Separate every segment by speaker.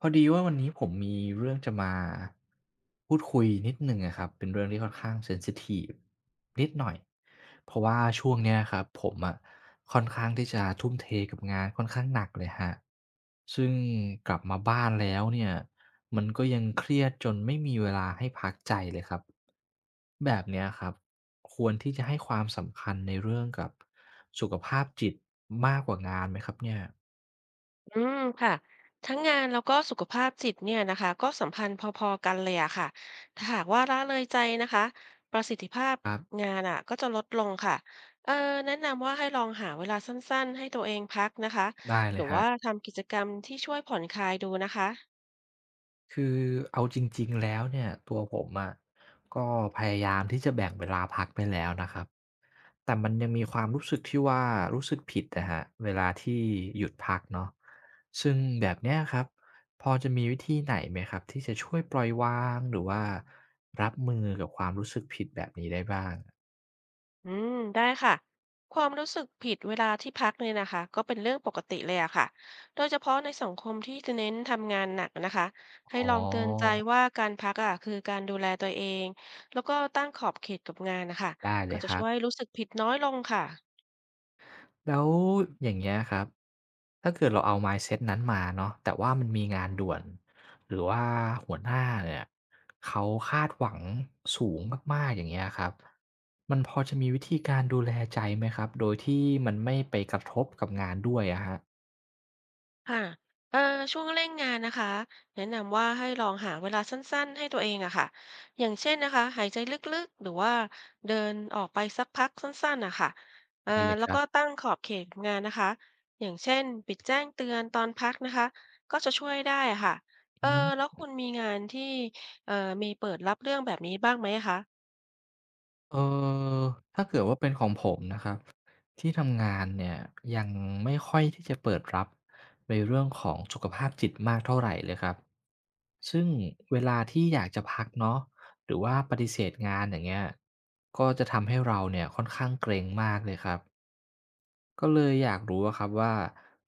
Speaker 1: พอดีว่าวันนี้ผมมีเรื่องจะมาพูดคุยนิดหนึ่งอะครับเป็นเรื่องที่ค่อนข้างเซนซิทีฟนิดหน่อยเพราะว่าช่วงเนี้ยครับผมอะค่อนข้างที่จะทุ่มเทกับงานค่อนข้างหนักเลยครับซึ่งกลับมาบ้านแล้วเนี่ยมันก็ยังเครียดจนไม่มีเวลาให้พักใจเลยครับแบบเนี้ยครับควรที่จะให้ความสำคัญในเรื่องกับสุขภาพจิตมากกว่างานไหมครับเนี่ย
Speaker 2: อืมค่ะทั้งงานแล้วก็สุขภาพจิตเนี่ยนะคะก็สัมพันธ์พอๆกันเลยอะค่ะถ้าหากว่าละเลยใจนะคะประสิทธิภาพ
Speaker 1: ครับ
Speaker 2: งานอะก็จะลดลงค่ะเออแนะนำว่าให้ลองหาเวลาสั้นๆให้ตัวเองพักนะคะ
Speaker 1: ได้เล
Speaker 2: หรื
Speaker 1: ย
Speaker 2: อ
Speaker 1: ครั
Speaker 2: ว่า
Speaker 1: บ
Speaker 2: ทำกิจกรรมที่ช่วยผ่อนคลายดูนะคะ
Speaker 1: คือเอาจริงๆแล้วเนี่ยตัวผมอะก็พยายามที่จะแบ่งเวลาพักไปแล้วนะครับแต่มันยังมีความรู้สึกที่ว่ารู้สึกผิดนะฮะเวลาที่หยุดพักเนาะซึ่งแบบเนี้ยครับพอจะมีวิธีไหนไหมครับที่จะช่วยปล่อยวางหรือว่ารับมือกับความรู้สึกผิดแบบนี้ได้บ้าง
Speaker 2: อืมได้ค่ะความรู้สึกผิดเวลาที่พักเนี่ยนะคะก็เป็นเรื่องปกติเลยอะค่ะโดยเฉพาะในสังคมที่จะเน้นทำงานหนักนะคะให้
Speaker 1: อ๋
Speaker 2: ล
Speaker 1: อ
Speaker 2: องเตือนใจว่าการพักอะคือการดูแลตัวเองแล้วก็ตั้งขอบเขตกับงานนะคะ
Speaker 1: ได้เล
Speaker 2: ก็
Speaker 1: ยค
Speaker 2: จะ
Speaker 1: รั
Speaker 2: ช่
Speaker 1: บ
Speaker 2: วยรู้สึกผิดน้อยลงค่ะ
Speaker 1: แล้วอย่างเงี้ยครับถ้าเกิดเราเอา mindset นั้นมาเนาะแต่ว่ามันมีงานด่วนหรือว่าหัวหน้าเนี่ยเขาคาดหวังสูงมากๆอย่างเงี้ยครับมันพอจะมีวิธีการดูแลใจไหมครับโดยที่มันไม่ไปกระทบกับงานด้วยอะครับ
Speaker 2: ค่ะเอ่อช่วงเร่งงานนะคะแนะนำว่าให้ลองหาเวลาสั้นๆให้ตัวเองอะค่ะอย่างเช่นนะคะหายใจลึกๆ หรือว่าเดินออกไปสักพักสั้นๆอะค่ะเอ่อ
Speaker 1: ได้เลย
Speaker 2: แล้
Speaker 1: ค
Speaker 2: ว
Speaker 1: รั
Speaker 2: ก็
Speaker 1: บ
Speaker 2: ตั้งขอบเขตงานนะคะอย่างเช่น ปิดแจ้งเตือนตอนพักนะคะก็จะช่วยได้อะค่ะเอ
Speaker 1: อื
Speaker 2: อแล้
Speaker 1: ม
Speaker 2: วคุณมีงานที่เอ่อมีเปิดรับเรื่องแบบนี้บ้างไหมคะ
Speaker 1: เออถ้าเกิดว่าเป็นของผมนะครับที่ทำงานเนี่ยยังไม่ค่อยที่จะเปิดรับในเรื่องของสุขภาพจิตมากเท่าไหรเลยครับซึ่งเวลาที่อยากจะพักเนาะหรือว่าปฏิเสธงานอย่างเงี้ยก็จะทำให้เราเนี่ยค่อนข้างเกรงมากเลยครับก็เลยอยากรู้อะครับว่า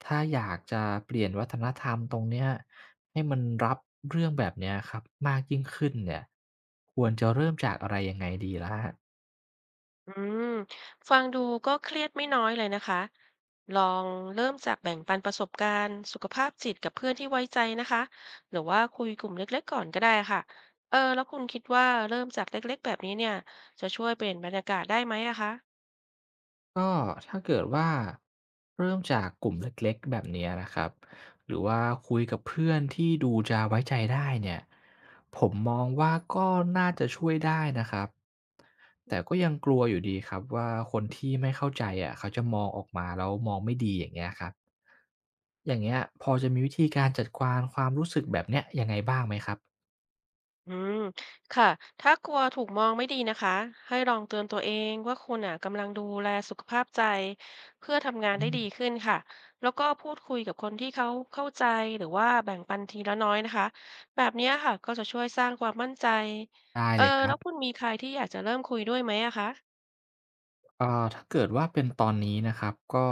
Speaker 1: ถ้าอยากจะเปลี่ยนวัฒนธรรมตรงเนี้ยให้มันรับเรื่องแบบเนี้ยครับมากยิ่งขึ้นเนี่ยควรจะเริ่มจากอะไรยังไงดีล่ะ
Speaker 2: อืมฟังดูก็เครียดไม่น้อยเลยนะคะ ลองเริ่มจากแบ่งปันประสบการณ์สุขภาพจิตกับเพื่อนที่ไว้ใจนะคะ หรือว่าคุยกลุ่มเล็กๆก่อนก็ได้ค่ะ เออ แล้วคุณคิดว่าเริ่มจากเล็กๆแบบนี้เนี่ยจะช่วยเปลี่ยนบรรยากาศได้ไหมอะคะ
Speaker 1: ก็ถ้าเกิดว่าเริ่มจากกลุ่มเล็กๆแบบเนี้ยนะครับหรือว่าคุยกับเพื่อนที่ดูจะไว้ใจได้เนี่ยผมมองว่าก็น่าจะช่วยได้นะครับแต่ก็ยังกลัวอยู่ดีครับว่าคนที่ไม่เข้าใจอ่ะเขาจะมองออกมาแล้วมองไม่ดีอย่างเงี้ยครับอย่างเงี้ยพอจะมีวิธีการจัดการความรู้สึกแบบเนี้ยยังไงบ้างไหมครับ
Speaker 2: อืมค่ะถ้ากลัวถูกมองไม่ดีนะคะให้ลองเตือนตัวเองว่าคุณอ่ะกำลังดูแลสุขภาพใจเพื่อทำงาน
Speaker 1: อื
Speaker 2: ได้ดี
Speaker 1: ม
Speaker 2: ขึ้นค่ะแล้วก็พูดคุยกับคนที่เขาเข้าใจหรือว่าแบ่งปันทีละน้อยนะคะแบบเนี้ยค่ะก็จะช่วยสร้างความมั่นใจ
Speaker 1: ได้
Speaker 2: เอ
Speaker 1: เล
Speaker 2: อ
Speaker 1: ยครั
Speaker 2: แล้
Speaker 1: บ
Speaker 2: วคุณมีใครที่อยากจะเริ่มคุยด้วยไหมอะคะ
Speaker 1: อ่าถ้าเกิดว่าเป็นตอนนี้นะครับก็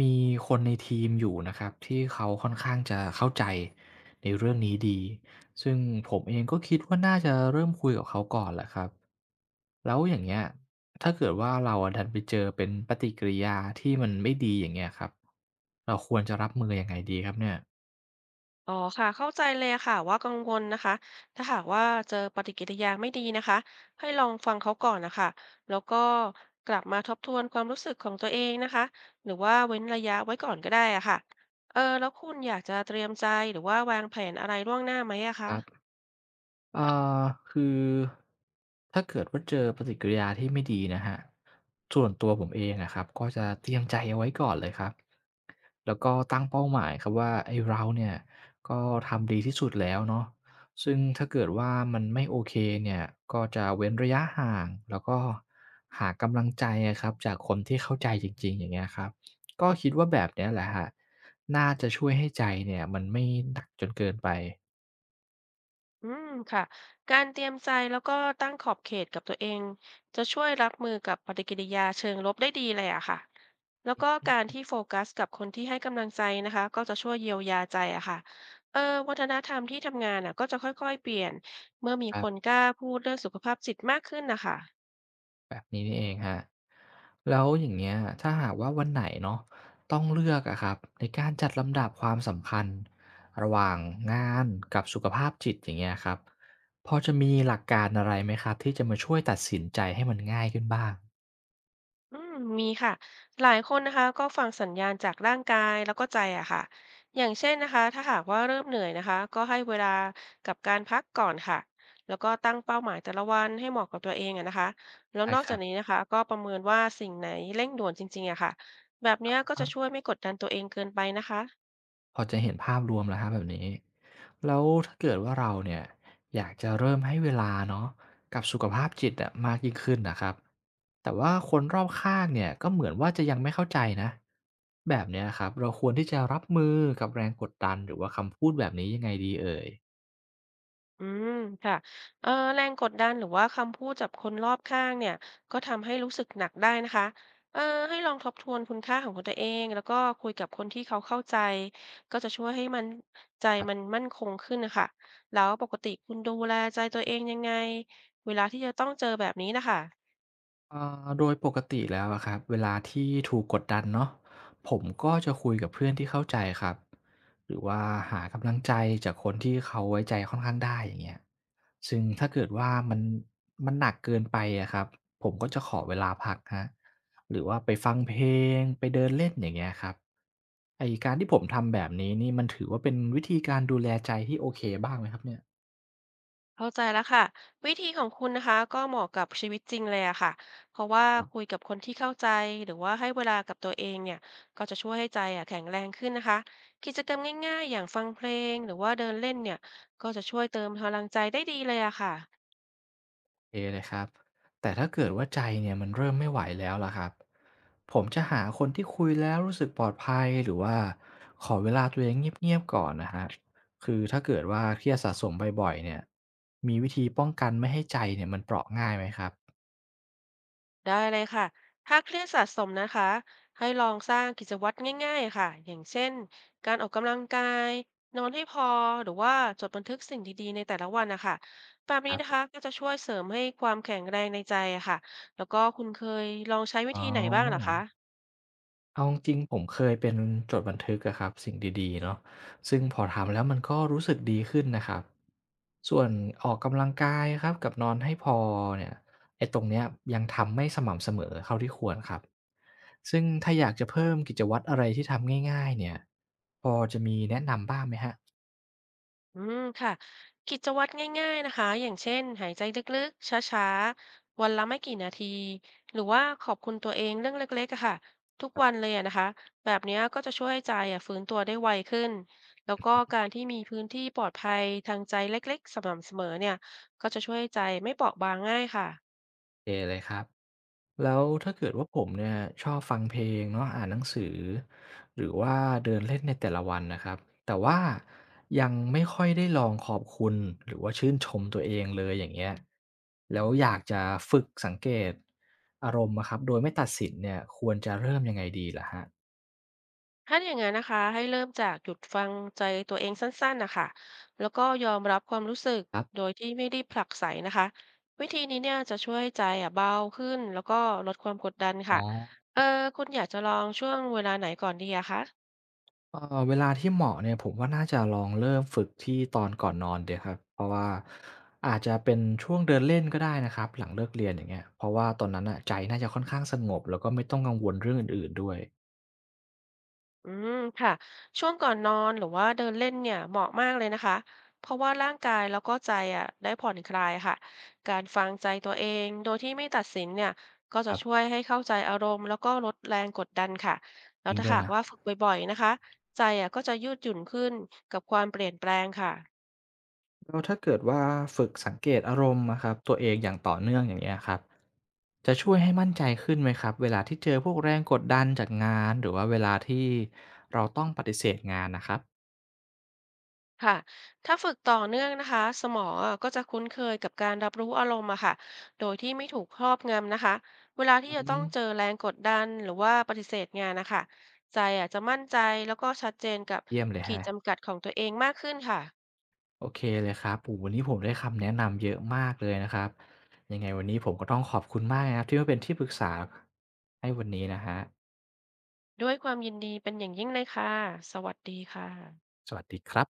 Speaker 1: มีคนในทีมอยู่นะครับที่เขาค่อนข้างจะเข้าใจในเรื่องนี้ดีซึ่งผมเองก็คิดว่าน่าจะเริ่มคุยกับเขาก่อนแหละครับแล้วอย่างเงี้ยถ้าเกิดว่าเราอะดันไปเจอเป็นปฏิกิริยาที่มันไม่ดีอย่างเงี้ยครับเราควรจะรับมือยังไงดีครับเนี่
Speaker 2: อ๋อค่ะเข้าใจเลยค่ะว่ากังวลนะคะถ้าหากว่าเจอปฏิกิริยาไม่ดีนะคะให้ลองฟังเขาก่อนนะคะแล้วก็กลับมาทบทวนความรู้สึกของตัวเองนะคะหรือว่าเว้นระยะไว้ก่อนก็ได้อะค่ะเออแล้วคุณอยากจะเตรียมใจหรือว่าวางแผนอะไรล่วงหน้าไหมอะคะ
Speaker 1: ย อ่าคือถ้าเกิดว่าเจอปฏิกิริยาที่ไม่ดีนะครับส่วนตัวผมเองนะครับก็จะเตรียมใจเอาไว้ก่อนเลยครับแล้วก็ตั้งเป้าหมายครับว่าไอ้เราเนี่ยก็ทำดีที่สุดแล้วเนาะซึ่งถ้าเกิดว่ามันไม่โอเคเนี่ยก็จะเว้นระยะห่างแล้วก็หากำลังใจอะครับจากคนที่เข้าใจจริงๆอย่างเงี้ยครับก็คิดว่าแบบเนี้ยแหละฮะน่าจะช่วยให้ใจเนี่ยมันไม่หนักจนเกินไป
Speaker 2: อืมค่ะการเตรียมใจแล้วก็ตั้งขอบเขตกับตัวเองจะช่วยรับมือกับปฏิกิริยาเชิงลบได้ดีเลยอะค่ะแล้วก็การที่โฟกัสกับคนที่ให้กำลังใจนะคะก็จะช่วยเยียวยาใจอะค่ะเออวัฒนธรรมที่ทำงานอะก็จะค่อยๆเปลี่ยนเมื่อมี
Speaker 1: ครั
Speaker 2: คน
Speaker 1: บ
Speaker 2: กล้าพูดเรื่องสุขภาพจิตมากขึ้นนะคะ
Speaker 1: แล้วอย่างเงี้ยถ้าหากว่าวันไหนเนาะต้องเลือกอะครับในการจัดลำดับความสำคัญระหว่างงานกับสุขภาพจิตอย่างเงี้ยครับพอจะมีหลักการอะไรไหมครับที่จะมาช่วยตัดสินใจให้มันง่ายขึ้นบ้าง
Speaker 2: อืมมีค่ะหลายคนนะคะก็ฟังสัญญาณจากร่างกายแล้วก็ใจอะค่ะอย่างเช่นนะคะถ้าหากว่าเริ่มเหนื่อยนะคะก็ให้เวลากับการพักก่อนค่ะแล้วก็ตั้งเป้าหมายแต่ละวันให้เหมาะกับตัวเองอะนะคะแล้ว
Speaker 1: ได้
Speaker 2: นอก
Speaker 1: ค
Speaker 2: จา
Speaker 1: รั
Speaker 2: ก
Speaker 1: บ
Speaker 2: นี้นะคะก็ประเมินว่าสิ่งไหนเร่งด่วนจริงๆอะค่ะแบบเนี้ยก็จะช่วยไม่กดดันตัวเองเกินไปนะคะ
Speaker 1: พอจะเห็นภาพรวมแล้วครับแบบนี้แล้วถ้าเกิดว่าเราเนี่ยอยากจะเริ่มให้เวลาเนาะกับสุขภาพจิตอะมากยิ่งขึ้นนะครับแต่ว่าคนรอบข้างเนี่ยก็เหมือนว่าจะยังไม่เข้าใจนะแบบเนี้ยครับเราควรที่จะรับมือกับแรงกดดันหรือว่าคำพูดแบบนี้ยังไงดีเอ่ย
Speaker 2: อืมค่ะแรงกดดันหรือว่าคำพูดจากคนรอบข้างเนี่ยก็ทำให้รู้สึกหนักได้นะคะเอ่อให้ลองทบทวนคุณค่าของตัวเองแล้วก็คุยกับคนที่เขาเข้าใจก็จะช่วยให้มันใจมันมั่นคงขึ้นนะคะแล้วปกติคุณดูแลใจตัวเองยังไงเวลาที่จะต้องเจอแบบนี้นะคะ
Speaker 1: โดยปกติแล้วอะครับเวลาที่ถูกกดดันเนาะผมก็จะคุยกับเพื่อนที่เข้าใจครับหรือว่าหากำลังใจจากคนที่เขาไว้ใจค่อนข้างได้อย่างเงี้ยซึ่งถ้าเกิดว่ามันหนักเกินไปอะครับผมก็จะขอเวลาพักฮะหรือว่าไปฟังเพลงไปเดินเล่นอย่างเงี้ยครับไอการที่ผมทำแบบนี้นี่มันถือว่าเป็นวิธีการดูแลใจที่โอเคบ้างไหมครับเนี่ย
Speaker 2: เข้าใจแล้วค่ะวิธีของคุณนะคะก็เหมาะกับชีวิตจริงเลยอะค่ะเพราะว่าคุยกับคนที่เข้าใจหรือว่าให้เวลากับตัวเองเนี่ยก็จะช่วยให้ใจอะแข็งแรงขึ้นนะคะกิจกรรมง่ายๆอย่างฟังเพลงหรือว่าเดินเล่นเนี่ยก็จะช่วยเติมพลังใจได้ดีเลยอะค่ะ
Speaker 1: เคเลยครับแต่ถ้าเกิดว่าใจเนี่ยมันเริ่มไม่ไหวแล้วล่ะครับผมจะหาคนที่คุยแล้วรู้สึกปลอดภัยหรือว่าขอเวลาตัวเองเงียบๆก่อนนะครับคือถ้าเกิดว่าเครียดสะสมบ่อยๆเนี่ยมีวิธีป้องกันไม่ให้ใจเนี่ยมันเปราะง่ายไหมครับ
Speaker 2: ได้เลยค่ะ ถ้าเครียดสะสมนะคะ ให้ลองสร้างกิจวัตรง่ายๆค่ะอย่างเช่น การออกกำลังกาย นอนให้พอ หรือว่าจดบันทึกสิ่งดีๆในแต่ละวันนะคะแบบ
Speaker 1: ค
Speaker 2: นี้
Speaker 1: รั
Speaker 2: นะ
Speaker 1: บ
Speaker 2: คะก็จะช่วยเสริมให้ความแข็งแรงในใจอะค่ะแล้วก็คุณเคยลองใช้วิ
Speaker 1: อ๋อ
Speaker 2: ธีไหนบ้างเหรอคะ
Speaker 1: เอาจริงๆผมเคยเป็นจดบันทึกอะครับสิ่งดีๆเนาะซึ่งพอทำแล้วมันก็รู้สึกดีขึ้นนะครับส่วนออกกำลังกายครับกับนอนให้พอเนี่ยไอ้ตรงเนี้ยยังทำไม่สม่ำเสมอเท่าที่ควรครับซึ่งถ้าอยากจะเพิ่มกิจวัตรอะไรที่ทำง่ายๆเนี่ยพอจะมีแนะนำบ้างไหมฮะ
Speaker 2: อืมค่ะกิจวัตรง่ายๆนะคะอย่างเช่นหายใจลึกๆช้าๆวันละไม่กี่นาทีหรือว่าขอบคุณตัวเองเรื่องเล็กๆอะค่ะทุกวันเลยอะนะคะแบบเนี้ยก็จะช่วยให้ใจอะฟื้นตัวได้ไวขึ้นแล้วก็การที่มีพื้นที่ปลอดภัยทางใจเล็กๆสม่ำเสมอเนี่ยก็จะช่วยให้ใจไม่เปราะบางง่ายค่ะ
Speaker 1: โเอเลยครับ แล้วถ้าเกิดว่าผมเนี่ยชอบฟังเพลงเนาะอ่านหนังสือหรือว่าเดินเล่นในแต่ละวันนะครับแต่ว่ายังไม่ค่อยได้ลองขอบคุณหรือว่าชื่นชมตัวเองเลยอย่างเงี้ยแล้วอยากจะฝึกสังเกตอารมณ์นะครับโดยไม่ตัดสินเนี่ยควรจะเริ่มยังไงดีล่ะฮะ
Speaker 2: ถ้าอย่างนั้นนะคะให้เริ่มจากหยุดฟังใจตัวเองสั้นๆนะคะแล้วก็ยอมรับความรู้สึก
Speaker 1: ครั
Speaker 2: โด
Speaker 1: บ
Speaker 2: ยที่ไม่รีบผลักไสนะคะวิธีนี้เนี่ยจะช่วยใจอ่ะเบาขึ้นแล้วก็ลดความกดดัน
Speaker 1: อ๋อ
Speaker 2: ค่ะเออคุณอยากจะลองช่วงเวลาไหนก่อนดีอะคะ
Speaker 1: เวลาที่เหมาะเนี่ยผมว่าน่าจะลองเริ่มฝึกที่ตอนก่อนนอนเดียวครับเพราะว่าอาจจะเป็นช่วงเดินเล่นก็ได้นะครับหลังเลิกเรียนอย่างเงี้ยเพราะว่าตอนนั้นอ่ะใจน่าจะค่อนข้างสงบแล้วก็ไม่ต้องกังวลเรื่องอื่นๆด้วย
Speaker 2: อืมค่ะช่วงก่อนนอนหรือว่าเดินเล่นเนี่ยเหมาะมากเลยนะคะเพราะว่าร่างกายแล้วก็ใจอ่ะได้ผ่อนคลายค่ะการฟังใจตัวเองโดยที่ไม่ตัดสินเนี่ยก็
Speaker 1: ค
Speaker 2: จะ
Speaker 1: รั
Speaker 2: ช่ว
Speaker 1: บ
Speaker 2: ยให้เข้าใจอารมณ์แล้วก็ลดแรงกดดันค่ะแล้
Speaker 1: จ
Speaker 2: ว
Speaker 1: ริง
Speaker 2: ถ้า
Speaker 1: ด้วย
Speaker 2: หาก
Speaker 1: นะ
Speaker 2: ว่าฝึกบ่อยๆนะคะใจอ่ะก็จะยืดหยุ่นขึ้นกับความเปลี่ยนแปลงค่ะ
Speaker 1: แล้วถ้าเกิดว่าฝึกสังเกตอารมณ์นะครับตัวเองอย่างต่อเนื่องอย่างเงี้ยครับจะช่วยให้มั่นใจขึ้นไหมครับเวลาที่เจอพวกแรงกดดันจากงานหรือว่าเวลาที่เราต้องปฏิเสธงานนะครับ
Speaker 2: ค่ะถ้าฝึกต่อเนื่องนะคะสมองอะก็จะคุ้นเคยกับการรับรู้อารมณ์อะค่ะ โดยที่ไม่ถูกครอบงำนะคะ เวลา
Speaker 1: อื
Speaker 2: ที่จะต้องเจอ
Speaker 1: ม
Speaker 2: แรงกดดันหรือว่าปฏิเสธงานนะคะ ใจอะจะมั่นใจแล้วก็ชัดเจนกับ
Speaker 1: เยี่ยมเลย
Speaker 2: ขี
Speaker 1: ฮะ
Speaker 2: ดจำกัดของตัวเองมากขึ้นค่ะ
Speaker 1: โอเคเลยครับโอ้โฮวันนี้ผมได้คำแนะนำเยอะมากเลยนะครับยังไงวันนี้ผมก็ต้องขอบคุณมากนะครับที่มาเป็นที่ปรึกษาให้วันนี้นะครับ
Speaker 2: ด้วยความยินดีเป็นอย่างยิ่งเลยค่ะ สวัสดีค่ะ
Speaker 1: สวัสดีครับ